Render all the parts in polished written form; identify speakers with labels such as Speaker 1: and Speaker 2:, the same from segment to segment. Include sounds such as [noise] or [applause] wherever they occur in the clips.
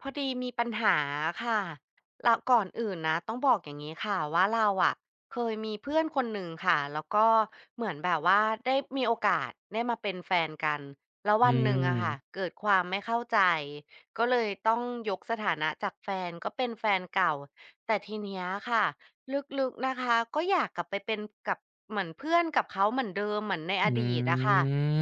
Speaker 1: พอดีมีปัญหาค่ะแล้วก่อนอื่นนะต้องบอกอย่างนี้ค่ะว่าเราอะเคยมีเพื่อนคนหนึ่งค่ะแล้วก็เหมือนแบบว่าได้มีโอกาสได้มาเป็นแฟนกันแล้ว
Speaker 2: อื
Speaker 1: วันหนึ่งอะค่ะ
Speaker 2: ม
Speaker 1: เกิดความไม่เข้าใจก็เลยต้องยกสถานะจากแฟนก็เป็นแฟนเก่าแต่ทีเนี้ยค่ะลึกๆนะคะก็อยากกลับไปเป็นกับเหมือนเพื่อนกับเขาเหมือนเดิมเหมือนในอ
Speaker 2: อื
Speaker 1: ดีตอะค่ะ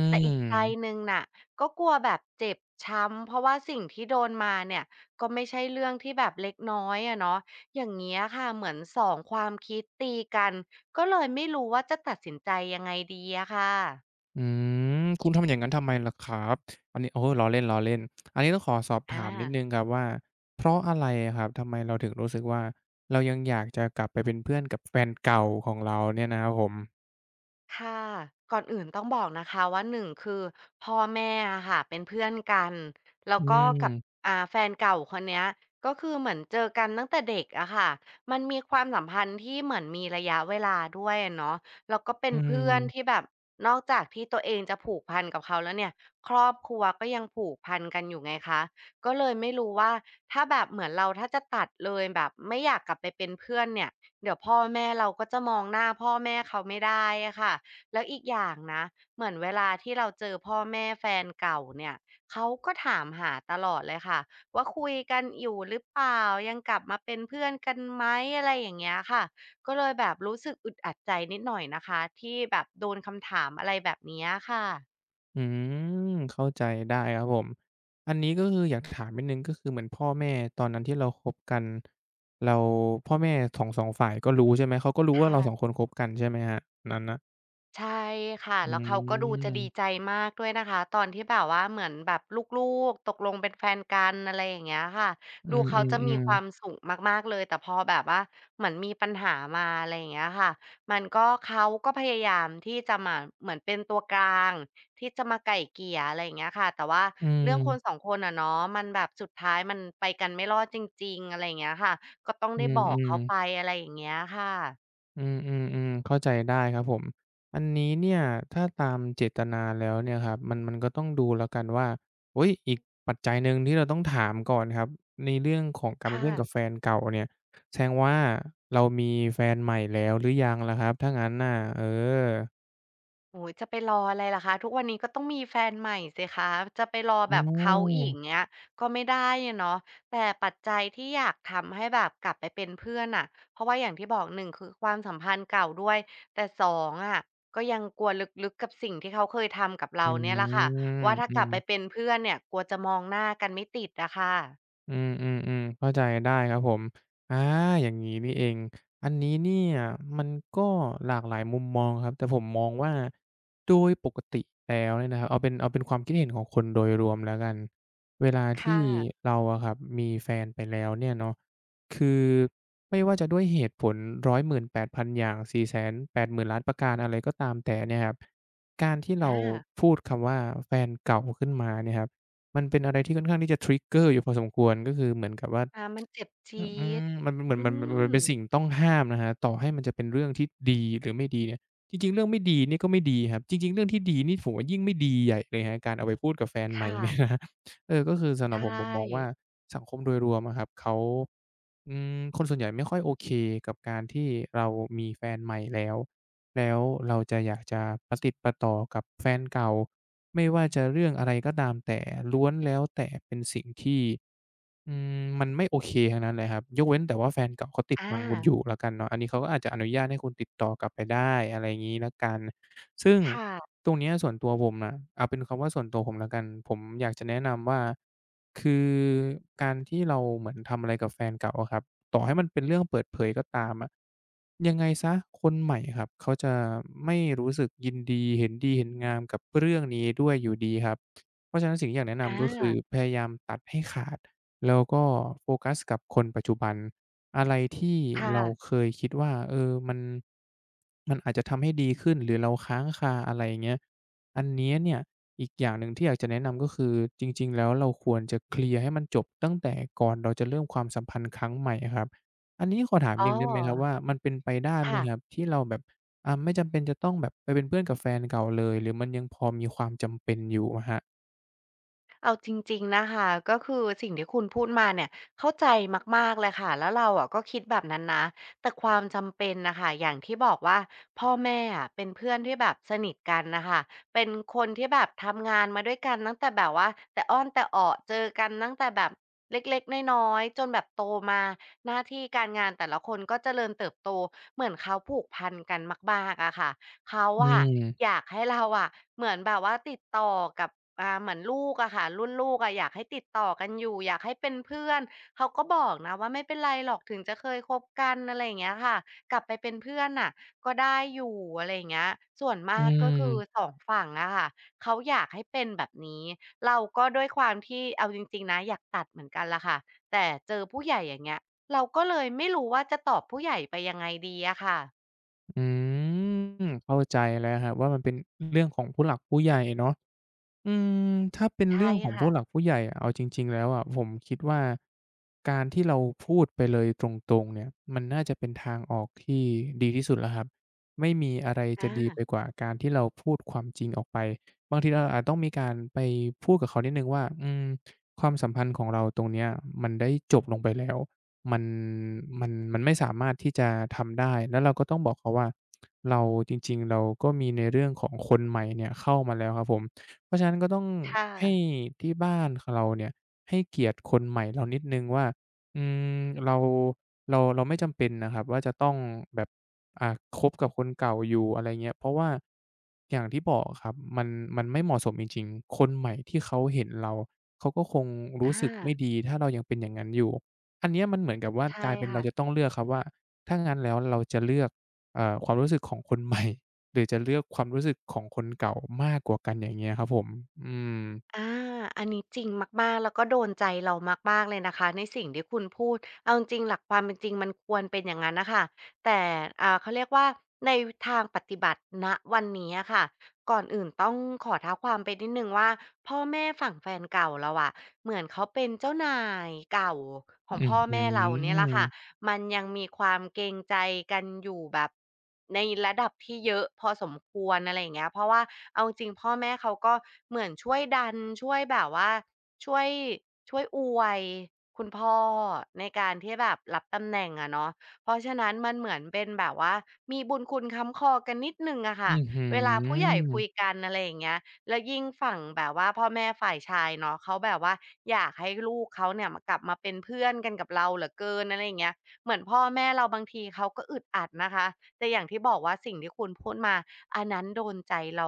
Speaker 1: แต่อีกใจห
Speaker 2: ม
Speaker 1: นึงน่ะก็กลัวแบบเจ็บช้ำเพราะว่าสิ่งที่โดนมาเนี่ย ก็ไม่ใช่เรื่องที่แบบเล็กน้อยอะเนาะอย่างเงี้ยค่ะ เหมือนสองความคิดตีกัน ก็เลยไม่รู้ว่าจะตัดสินใจยังไงดีอะค่ะ
Speaker 2: อืมคุณทำอย่างนั้นทำไมล่ะครับอันนี้โอ้ล้อเล่นล้อเล่นอันนี้ต้องขอสอบ
Speaker 1: อา
Speaker 2: ถามนิดหนึ่งครับว่าเพราะอะไรอะครับทำไมเราถึงรู้สึกว่าเรายังอยากจะกลับไปเป็นเพื่อนกับแฟนเก่าของเราเนี่ยนะครับผม
Speaker 1: ค่ะก่อนอื่นต้องบอกนะคะว่าหนึ่งคือพ่อแม่อะค่ะเป็นเพื่อนกันแล้ว
Speaker 2: อื
Speaker 1: ก็กับ
Speaker 2: ม
Speaker 1: แฟนเก่าคนเนี้ยก็คือเหมือนเจอกันตั้งแต่เด็กอะค่ะมันมีความสัมพันธ์ที่เหมือนมีระยะเวลาด้วยอะเนาะแล้วก็เป็
Speaker 2: อื
Speaker 1: นเพื่อนที่
Speaker 2: ม
Speaker 1: แบบนอกจากที่ตัวเองจะผูกพันกับเขาแล้วเนี่ยครอบครัวก็ยังผูกพันกันอยู่ไงคะก็เลยไม่รู้ว่าถ้าแบบเหมือนเราถ้าจะตัดเลยแบบไม่อยากกลับไปเป็นเพื่อนเนี่ยเดี๋ยวพ่อแม่เราก็จะมองหน้าพ่อแม่เขาไม่ได้อะค่ะ แล้วอีกอย่างนะเหมือนเวลาที่เราเจอพ่อแม่แฟนเก่าเนี่ยเขาก็ถามหาตลอดเลยค่ะว่าคุยกันอยู่หรือเปล่ายังกลับมาเป็นเพื่อนกันไหมอะไรอย่างเงี้ยค่ะก็เลยแบบรู้สึกอึดอัดใจนิดหน่อยนะคะที่แบบโดนคำถามอะไรแบบเนี้ยค่ะ
Speaker 2: อืมเข้าใจได้ครับผมอันนี้ก็คืออยากถามนิดหนึ่งก็คือเหมือนพ่อแม่ตอนนั้นที่เราคบกันเราพ่อแม่ของสองฝ่ายก็รู้ใช่ไหมเขาก็รู้
Speaker 1: ค
Speaker 2: ว่าเราสองค
Speaker 1: ่ะ
Speaker 2: นคบกันใช่ไหมครับนั้นน่ะ
Speaker 1: ใช่ค่ะ
Speaker 2: อื
Speaker 1: แล้ว
Speaker 2: ม
Speaker 1: เขาก็ดูจะ
Speaker 2: อื
Speaker 1: ดี
Speaker 2: ม
Speaker 1: ใจมากด้วยนะคะตอนที่แบบว่าเหมือนแบบลูกๆตกลงเป็นแฟนกันอะไรอย่างเงี้ยค่ะ
Speaker 2: อื
Speaker 1: ดู
Speaker 2: มอื
Speaker 1: เขา
Speaker 2: ม
Speaker 1: จะ
Speaker 2: อื
Speaker 1: มี
Speaker 2: ม
Speaker 1: ความสุขมากๆเลยแต่พอแบบว่าเหมือนมีปัญหามาอะไรอย่างเงี้ยค่ะมันก็เขาก็พยายามที่จะมาเหมือนเป็นตัวกลางที่จะมาไกล่เกลี่ยอะไรอย่างเงี้ยค่ะแต่ว่า
Speaker 2: อื
Speaker 1: เรื่องคนสอ
Speaker 2: ม
Speaker 1: งคนอะเนาะมันแบบสุดท้ายมันไปกันไม่รอดจริงๆอะไรอย่างเงี้ยค่ะก็ต้อง
Speaker 2: อื
Speaker 1: ได้บ
Speaker 2: ม
Speaker 1: อ
Speaker 2: อื
Speaker 1: ก
Speaker 2: ม
Speaker 1: เขาไปอะไรอย่างเงี้ยค่ะ
Speaker 2: อืมอืมเข้าใจได้ครับผม อันนี้เนี่ยถ้าตามเจตนาแล้วเนี่ยครับมันก็ต้องดูแล้วกันว่าอุ๊ยอีกปัจจัยหนึ่งที่เราต้องถามก่อนครับในเรื่องของการเป็น
Speaker 1: ค่ะ
Speaker 2: เพื่อนกับแฟนเก่าเนี่ยแสดงว่าเรามีแฟนใหม่แล้วหรือยังล่ะครับถ้างั้นน่ะเออ
Speaker 1: โอ้ยจะไปรออะไรล่ะคะทุกวันนี้ก็ต้องมีแฟนใหม่สิคะจะไปรอ
Speaker 2: อ๋
Speaker 1: แบบเขา
Speaker 2: อ
Speaker 1: อีกเงี้ยก็ไม่ได้อะเนาะแต่ปัจจัยที่อยากทำให้แบบกลับไปเป็นเพื่อนอ่ะเพราะว่าอย่างที่บอกหนึ่งคือความสัมพันธ์เก่าด้วยแต่สองอ่ะก็ยังกลัวลึกๆกับสิ่งที่เขาเคยทำกับ
Speaker 2: อื
Speaker 1: เราเนี่ยแหละค่ะ
Speaker 2: มอ
Speaker 1: ว่าถ้า
Speaker 2: ื
Speaker 1: กลับไปเป็
Speaker 2: ม
Speaker 1: นเพื่อนเนี่ยกลัวจะมองหน้ากันไม่ติดอะค่ะ
Speaker 2: อืมออืมอืมเข้าใจได้ครับผมอาอย่างนี้นี่เองอันนี้เนี่ยมันก็หลากหลายมุมมองครับแต่ผมมองว่าโดยปกติแล้วเนี่ยนะครับเอาเป็นความคิดเห็นของคนโดยรวมแล้วกันเวลาที่
Speaker 1: ค่ะ
Speaker 2: เราอะครับมีแฟนไปแล้วเนี่ยเนาะคือไม่ว่าจะด้วยเหตุผล1 1ด0 0นอย่างสี่แสนแปดหมื0 0 0 0านประการอะไรก็ตามแต่เนี่ยครับการที่เรา
Speaker 1: อา
Speaker 2: พูดคำว่าแฟนเก่าขึ้นมาเนี่ยครับ มันเป็นอะไรที่ค่อนข้างที่จะ trigger อร์อยู่พอสมควรก็คือเหมือนกับว่า
Speaker 1: อามันเจ็บจี๊
Speaker 2: อื
Speaker 1: ด
Speaker 2: มมันเป็นเหมือ
Speaker 1: อื
Speaker 2: นมัน
Speaker 1: ม
Speaker 2: เป็นสิ่งต้องห้ามนะครับต่อให้มันจะเป็นเรื่องที่ดีหรือไม่ดีเนี่ยจริงๆเรื่องไม่ดีนี่ก็ไม่ดีครับจริงๆเรื่องที่ดีนี่ผมว่ายิ่งไม่ดีใหญ่เลยครับการเอาไปพูดกับแฟนใหม่
Speaker 1: ค่ะ
Speaker 2: เนี่ยนะ [laughs] ครับเออก็คือสำหรับ
Speaker 1: ใช่
Speaker 2: ผมมองว่าสังคมโดยรวมอะครับเขาอืมคนส่วนใหญ่ไม่ค่อยโอเคกับการที่เรามีแฟนใหม่แล้วแล้วเราจะอยากจะประติดประต่อกับแฟนเก่าไม่ว่าจะเรื่องอะไรก็ตามแต่ล้วนแล้วแต่เป็นสิ่งที่ อืมมันไม่โอเคทั้งนั้นเลยครับยกเว้นแต่ว่าแฟนเก่าเขาติด
Speaker 1: อา
Speaker 2: บังคุณอยู่แล้วกันเนาะอันนี้เขาก็อาจจะอนุญาตให้คุณติดต่อกลับไปได้อะไรอย่างงี้แล้วกันซึ่ง
Speaker 1: ค่ะ
Speaker 2: ตรงเนี้ยส่วนตัวผมน่ะเอาเป็นคำว่าส่วนตัวผมแล้วกันผมอยากจะแนะนำว่าคือการที่เราเหมือนทำอะไรกับแฟนเก่าอะครับต่อให้มันเป็นเรื่องเปิดเผยก็ตามอะยังไงเสียคนใหม่ครับเขาจะไม่รู้สึกยินดีเห็นดีเห็นงามกับเรื่องนี้ด้วยอยู่ดีครับเพราะฉะนั้นสิ่งที่อยากแนะ
Speaker 1: อ
Speaker 2: นำก็คือพ
Speaker 1: า
Speaker 2: ยายามตัดให้ขาด แล้วก็โฟกัสกับคนปัจจุบันอะไรที่เรา
Speaker 1: ค่ะ
Speaker 2: เคยคิดว่าเออมันอาจจะทำให้ดีขึ้นหรือเราค้างคาอะไรอย่างเงี้ยอันเนี้ยเนี่ยอีกอย่างหนึ่งที่อยากจะแนะนำก็คือจริงๆแล้วเราควรจะเคลียร์ให้มันจบตั้งแต่ก่อนเราจะเริ่มความสัมพันธ์ครั้งใหม่อะครับอันนี้ขอถาม
Speaker 1: อ๋อ
Speaker 2: นิดหนึ่งได้ไหมครับว่ามันเป็นไปได้ไหม
Speaker 1: ค่ะ
Speaker 2: ครับที่เราแบบอ่าไม่จำเป็นจะต้องแบบไปเป็นเพื่อนกับแฟนเก่าเลยหรือมันยังพอมีความจำเป็นอยู่อะครับ
Speaker 1: เอาจริงๆ นะคะ ก็คือสิ่งที่คุณพูดมาเนี่ย เข้าใจมากๆเลยค่ะแล้วเราอะก็คิดแบบนั้นนะ แต่ความจำเป็นน่ะค่ะอย่างที่บอกว่าพ่อแม่อะเป็นเพื่อนที่แบบสนิทกันน่ะค่ะเป็นคนที่แบบทำงานมาด้วยกันตั้งแต่แบบว่าแต่อ้อนแต่ออกเจอกันตั้งแต่แบบเล็กๆน้อยๆ จนแบบโตมาหน้าที่การงานแต่ละคนก็เจริญเติบโตเหมือนเขาผูกพันกันมากๆอะค่ะ เขา
Speaker 2: อื
Speaker 1: อะอ
Speaker 2: ม
Speaker 1: ยากให้เราอะเหมือนแบบว่าติดต่อกับเหมือนลูกอะค่ะรุ่นลูกอะอยากให้ติดต่อกันอยู่อยากให้เป็นเพื่อนเขาก็บอกนะว่าไม่เป็นไรหรอกถึงจะเคยคบกันอะไรอย่างเงี้ยค่ะกลับไปเป็นเพื่อนน่ะก็ได้อยู่อะไรอย่างเงี้ยส่วน
Speaker 2: อื
Speaker 1: มากก็คือส
Speaker 2: ม
Speaker 1: องฝั่งอะค่ะเขาอยากให้เป็นแบบนี้เราก็ด้วยความที่เอาจริงๆนะอยากตัดเหมือนกันล่ะค่ะแต่เจอผู้ใหญ่อย่างเงี้ยเราก็เลยไม่รู้ว่าจะตอบผู้ใหญ่ไปยังไงดีอะค่ะ
Speaker 2: อืมเข้าใจแล้วครับว่ามันเป็นเรื่องของผู้หลักผู้ใหญ่เนาะ อืมถ้าเป็น
Speaker 1: ใช่
Speaker 2: เรื่องของ
Speaker 1: ค่ะ
Speaker 2: ผู้หลักผู้ใหญ่อะเอาจริงๆแล้วอะผมคิดว่าการที่เราพูดไปเลยตรงๆเนี่ยมันน่าจะเป็นทางออกที่ดีที่สุดแล้วครับไม่มีอะไร
Speaker 1: อา
Speaker 2: จะดีไปกว่าการที่เราพูดความจริงออกไปบางทีเราอาจต้องมีการไปพูดกับเขานิดหนึ่งว่าอืมความสัมพันธ์ของเราตรงเนี้ยมันได้จบลงไปแล้วมันมันไม่สามารถที่จะทำได้แล้วเราก็ต้องบอกเขาว่าเราจริงๆเราก็มีในเรื่องของคนใหม่เนี่ยเข้ามาแล้วครับผม เพราะฉะนั้นก็ต้อง
Speaker 1: ค่ะ
Speaker 2: ให้ที่บ้านของเราเนี่ยให้เกียรติคนใหม่เรานิดหนึ่งว่าอืมเราเราไม่จำเป็นนะครับว่าจะต้องแบบอ่าคบกับคนเก่าอยู่อะไรเงี้ยเพราะว่าอย่างที่บอกอะครับมันไม่เหมาะสมจริงๆคนใหม่ที่เขาเห็นเราเขาก็คงรู้
Speaker 1: อา
Speaker 2: สึกไม่ดีถ้าเรายังเป็นอย่างนั้นอยู่อันเนี้ยมันเหมือนกับว่าก
Speaker 1: ใช่
Speaker 2: ลายเป็นเรา
Speaker 1: ค่ะ
Speaker 2: จะต้องเลือกครับว่าถ้างั้นแล้วเราจะเลือกความรู้สึกของคนใหม่ หรือจะเลือกความรู้สึกของคนเก่ามากกว่ากันอย่างเงี้ยครับผมอืม
Speaker 1: อาอันนี้จริงมากๆแล้วก็โดนใจเรามากๆเลยนะคะในสิ่งที่คุณพูดเอาจริงๆหลักความเป็นจริงมันควรเป็นอย่างนั้นน่ะค่ะแต่เขาเรียกว่าในทางปฏิบัติณวันนี้อะค่ะก่อนอื่นต้องขอเท้าความไปนิดหนึ่งว่าพ่อแม่ฝั่งแฟนเก่าเราอะเหมือนเขาเป็นเจ้านายเก่าของ
Speaker 2: อื้อ
Speaker 1: พ่อ
Speaker 2: ฮื
Speaker 1: แม่เราเนี่ยแหละ
Speaker 2: อ
Speaker 1: ค่ะ มันยังมีความเกรงใจกันอยู่แบบในระดับที่เยอะพอสมควรอะไรอย่างเงี้ยเพราะว่าเอาจริงๆพ่อแม่เขาก็เหมือนช่วยดันช่วยแบบว่าช่วยช่วยอวยคุณพ่อในการที่แบบรับตำแหน่งอะเนาะเพราะฉะนั้นมันเหมือนเป็นแบบว่ามีบุญคุณค้ำคอกันนิดหนึ่งอะค่ะ
Speaker 2: อื้อฮื
Speaker 1: เวลาผู้ใหญ่
Speaker 2: อ
Speaker 1: คุยกันอะไรอย่างเงี้ยแล้วยิ่งฝั่งแบบว่าพ่อแม่ฝ่ายชายเนาะเขาแบบว่าอยากให้ลูกเขาเนี่ยมากลับมาเป็นเพื่อนกันกับเราเหลือเกินอะไรอย่างเงี้ย เหมือนพ่อแม่เราบางทีเขาก็อึดอัดนะคะแต่อย่างที่บอกว่าสิ่งที่คุณพูดมาอันนั้นโดนใจเรา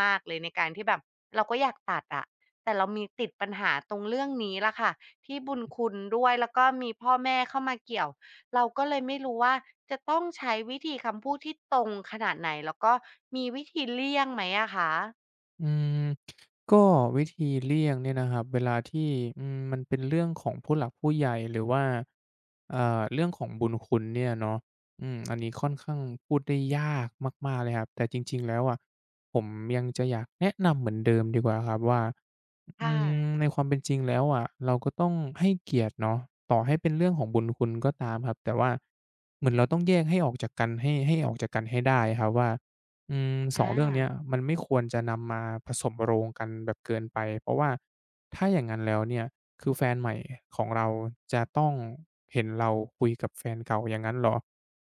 Speaker 1: มากๆเลยในการที่แบบเราก็อยากตัดอะแต่เรามีติดปัญหาตรงเรื่องนี้ล่ะค่ะที่บุญคุณด้วยแล้วก็มีพ่อแม่เข้ามาเกี่ยวเราก็เลยไม่รู้ว่าจะต้องใช้วิธีคำพูดที่ตรงขนาดไหนแล้วก็มีวิธีเลี่ยงไหมอะคะ
Speaker 2: อืมก็วิธีเลี่ยงเนี่ยนะครับเวลาที่อืมมันเป็นเรื่องของผู้หลักผู้ใหญ่หรือว่าเรื่องของบุญคุณเนี่ยเนาะอืมอันนี้ค่อนข้างพูดได้ยากมากๆเลยครับแต่จริงๆแล้วอ่ะผมยังจะอยากแนะนำเหมือนเดิมดีกว่าครับว่าอื
Speaker 1: ค่ะ
Speaker 2: มในความเป็นจริงแล้วอ่ะเราก็ต้องให้เกียรติเนาะต่อให้เป็นเรื่องของบุญคุณก็ตามครับแต่ว่าเหมือนเราต้องแยกให้ออกจากกันให้ออกจากกันให้ได้ครับว่า อืมสองเรื่องเนี้
Speaker 1: อา
Speaker 2: ยมันไม่ควรจะนำมาผสมโรงกันแบบเกินไปเพราะว่าถ้าอย่างนั้นแล้วเนี่ยคือแฟนใหม่ของเราจะต้องเห็นเราคุยกับแฟนเก่าอย่างงั้นเหรอ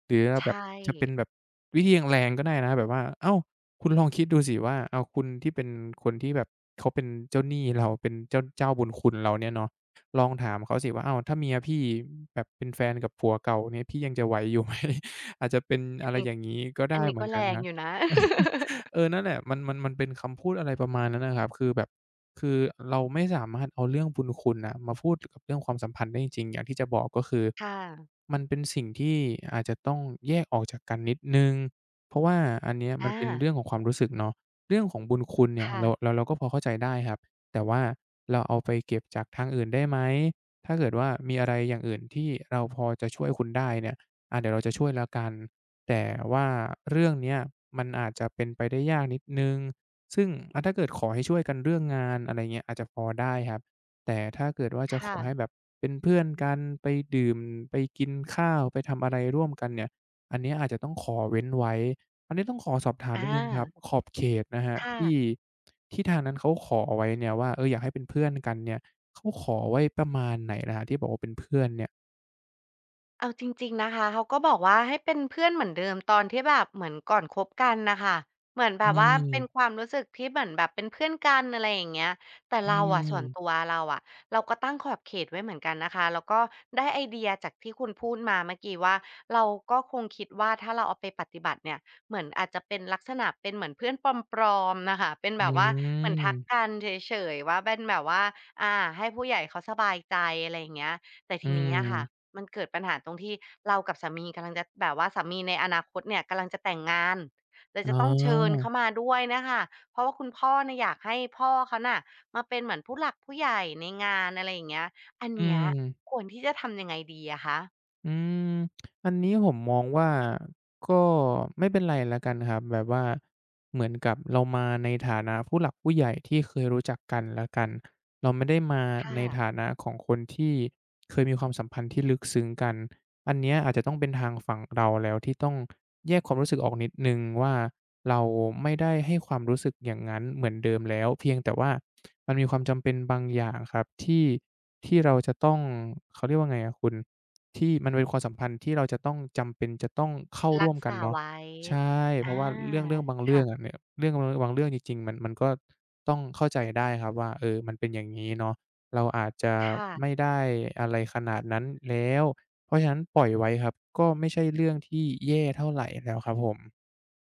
Speaker 2: หรือเรา
Speaker 1: ใช
Speaker 2: แบบ
Speaker 1: ่
Speaker 2: จะเป็นแบบวิธีแรงๆก็ได้นะแบบว่าอ้าวคุณลองคิดดูสิว่าอ้าวคุณที่เป็นคนที่แบบเขาเป็นเจ้าหนี้เราเป็นเจ้าบุญคุณเราเนี่ยเนาะลองถามเขาสิว่าอ้าว [laughs] ถ้าเมียพี่แบบเป็นแฟนกับผัวเก่าเนี่ยพี่ยังจะไหวอยู่ไหมอาจจะเป็น
Speaker 1: อั
Speaker 2: อะ
Speaker 1: น
Speaker 2: ไร
Speaker 1: นี้
Speaker 2: อย่างงี้ก็
Speaker 1: อั
Speaker 2: ได้
Speaker 1: นนี้
Speaker 2: เหมื
Speaker 1: ก็
Speaker 2: อน
Speaker 1: แร
Speaker 2: กันค
Speaker 1: ง
Speaker 2: รั
Speaker 1: อยู่
Speaker 2: บ
Speaker 1: นะ
Speaker 2: เออนั่นแหละมันเป็นคำพูดอะไรประมาณนั้นนะครับคือแบบคือเราไม่สามารถเอาเรื่องบุญคุณน่ะมาพูดกับเรื่องความสัมพันธ์ได้จริงๆอย่างที่จะบอกก็คือ
Speaker 1: ค่ะ
Speaker 2: มันเป็นสิ่งที่อาจจะต้องแยกออกจากกันนิดหนึ่งเพราะว่าอันเนี้ย
Speaker 1: [laughs] อ
Speaker 2: มันเป็นเรื่องข
Speaker 1: า
Speaker 2: องความรู้สึกเนาะเรื่องของบุญคุณเนี่ย
Speaker 1: ค่ะ
Speaker 2: เราก็พอเข้าใจได้ครับแต่ว่าเราเอาไปเก็บจากทางอื่นได้ไหมถ้าเกิดว่ามีอะไรอย่างอื่นที่เราพอจะช่วยคุณได้เนี่ยอาเดี๋ยวเราจะช่วยแล้วกัน แต่ว่าเรื่องเนี้ยมันอาจจะเป็นไปได้ยากนิดหนึ่งซึ่งอะถ้าเกิดขอให้ช่วยกันเรื่องงานอะไรเงี้ยอาจจะพอได้ครับแต่ถ้าเกิดว่าจะขอ
Speaker 1: ค่ะ
Speaker 2: ให้แบบเป็นเพื่อนกันไปดื่มไปกินข้าวไปทำอะไรร่วมกันเนี่ยอันเนี้ยอาจจะต้องขอเว้นไว้อันนี้ต้องขอสอบถามนิ
Speaker 1: อา
Speaker 2: ดหนึ่งครับขอบเขตนะครับ
Speaker 1: ค่ะ
Speaker 2: ที่ทางนั้นเขาขอเอาไว้เนี่ยว่าเอออยากให้เป็นเพื่อนกันเนี่ยเขาขอไว้ประมาณไหนนะครับที่บอกว่าเป็นเพื่อนเนี่ย
Speaker 1: เอาจริงๆนะคะ เขาก็บอกว่าให้เป็นเพื่อนเหมือนเดิมตอนที่แบบเหมือนก่อนคบกันน่ะค่ะเหมือนแบ
Speaker 2: อื
Speaker 1: บว่าเป็นควา
Speaker 2: ม
Speaker 1: มรู้สึกที่เหมือนแบบเป็นเพื่อนกันอะไรอย่างเงี้ยแต่
Speaker 2: อื
Speaker 1: เราอะส่วนตั
Speaker 2: ม
Speaker 1: วเราอะเราก็ตั้งขอบเขตไว้เหมือนกันนะคะ แล้วก็ได้ไอเดียจากที่คุณพูดมาเมื่อกี้ว่าเราก็คงคิดว่าถ้าเราเอาไปปฏิบัติเนี่ยเหมือนอาจจะเป็นลักษณะเป็นเหมือนเพื่อนปลอมๆน่ะค่ะเป็น
Speaker 2: อื
Speaker 1: แบบว่าเหมือนทัก
Speaker 2: ม
Speaker 1: กันเฉยๆว่าเป็นแบบว่าอ่าให้ผู้ใหญ่เขาสบายใจอะไรอย่างเงี้ย แต่
Speaker 2: อื
Speaker 1: ทีนี้อะค่ะ
Speaker 2: ม
Speaker 1: มันเกิดปัญหาตรงที่เรากับสามีกำลังจะแบบว่าสามีในอนาคตเนี่ยกำลังจะแต่งงานเลย
Speaker 2: อ๋
Speaker 1: จะต้องเชิญ
Speaker 2: อ
Speaker 1: เขามาด้วยนะค่ะเพราะว่าคุณพ่อเนี่ยอยากให้พ่อเขาน่ะมาเป็นเหมือนผู้หลักผู้ใหญ่ในงานอะไรอย่างเงี้ยอัน
Speaker 2: อื
Speaker 1: เนี้ย
Speaker 2: ม
Speaker 1: ควรที่จะทำยังไงดีอะคะ
Speaker 2: อืมอันนี้ผมมองว่าก็ไม่เป็นไรแล้วกันครับแบบว่าเหมือนกับเรามาในฐานะผู้หลักผู้ใหญ่ที่เคยรู้จักกันแล้วกันเราไม่ได้มาใน
Speaker 1: ค่ะ
Speaker 2: ฐานะของคนที่เคยมีความสัมพันธ์ที่ลึกซึ้งกันอันเนี้ยอาจจะต้องเป็นทางฝั่งเราแล้วที่ต้องแยกความรู้สึกออกนิดนึงว่าเราไม่ได้ให้ความรู้สึกอย่างนั้นเหมือนเดิมแล้วเพียงแต่ว่ามันมีความจำเป็นบางอย่างครับที่เราจะต้องเขาเรียกว่าไงอะคุณ ที่มันเป็นความสัมพันธ์ที่เราจะต้องจำเป็นจะต้องเข้า
Speaker 1: รั
Speaker 2: ร่ว
Speaker 1: ก
Speaker 2: มกัน
Speaker 1: ษา
Speaker 2: เนาะ
Speaker 1: ไว้
Speaker 2: ใช่เพราะ
Speaker 1: อา
Speaker 2: ว่าเรื่องบางเรื่องอะ
Speaker 1: ค่ะ
Speaker 2: เนี่ยเรื่องบางเรื่องจริงๆมันก็ต้องเข้าใจได้ครับว่าเออมันเป็นอย่างงี้เนาะเราอาจจะ
Speaker 1: ค่ะ
Speaker 2: ไม่ได้อะไรขนาดนั้นแล้วเพราะฉะนั้นปล่อยไว้ครับก็ไม่ใช่เรื่องที่แย่เท่าไรแล้วครับผม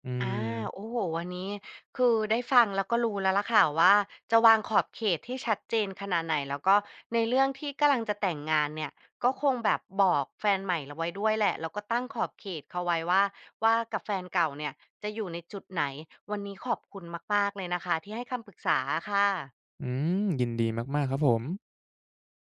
Speaker 2: อื
Speaker 1: อา
Speaker 2: ม
Speaker 1: โอ้โหวันนี้คือได้ฟังแล้วก็รู้แล้วล่ะค่ะว่าจะวางขอบเขตที่ชัดเจนขนาดไหนแล้วก็ในเรื่องที่กำลังจะแต่งงานเนี่ยก็คงแบบบอกแฟนใหม่เราไว้ด้วยแหละแล้วก็ตั้งขอบเขตเขาไว้ว่าว่ากับแฟนเก่าเนี่ยจะอยู่ในจุดไหนวันนี้ขอบคุณมากๆเลยนะคะที่ให้คำปรึกษาค่ะ
Speaker 2: อืมยินดีมากๆครับผม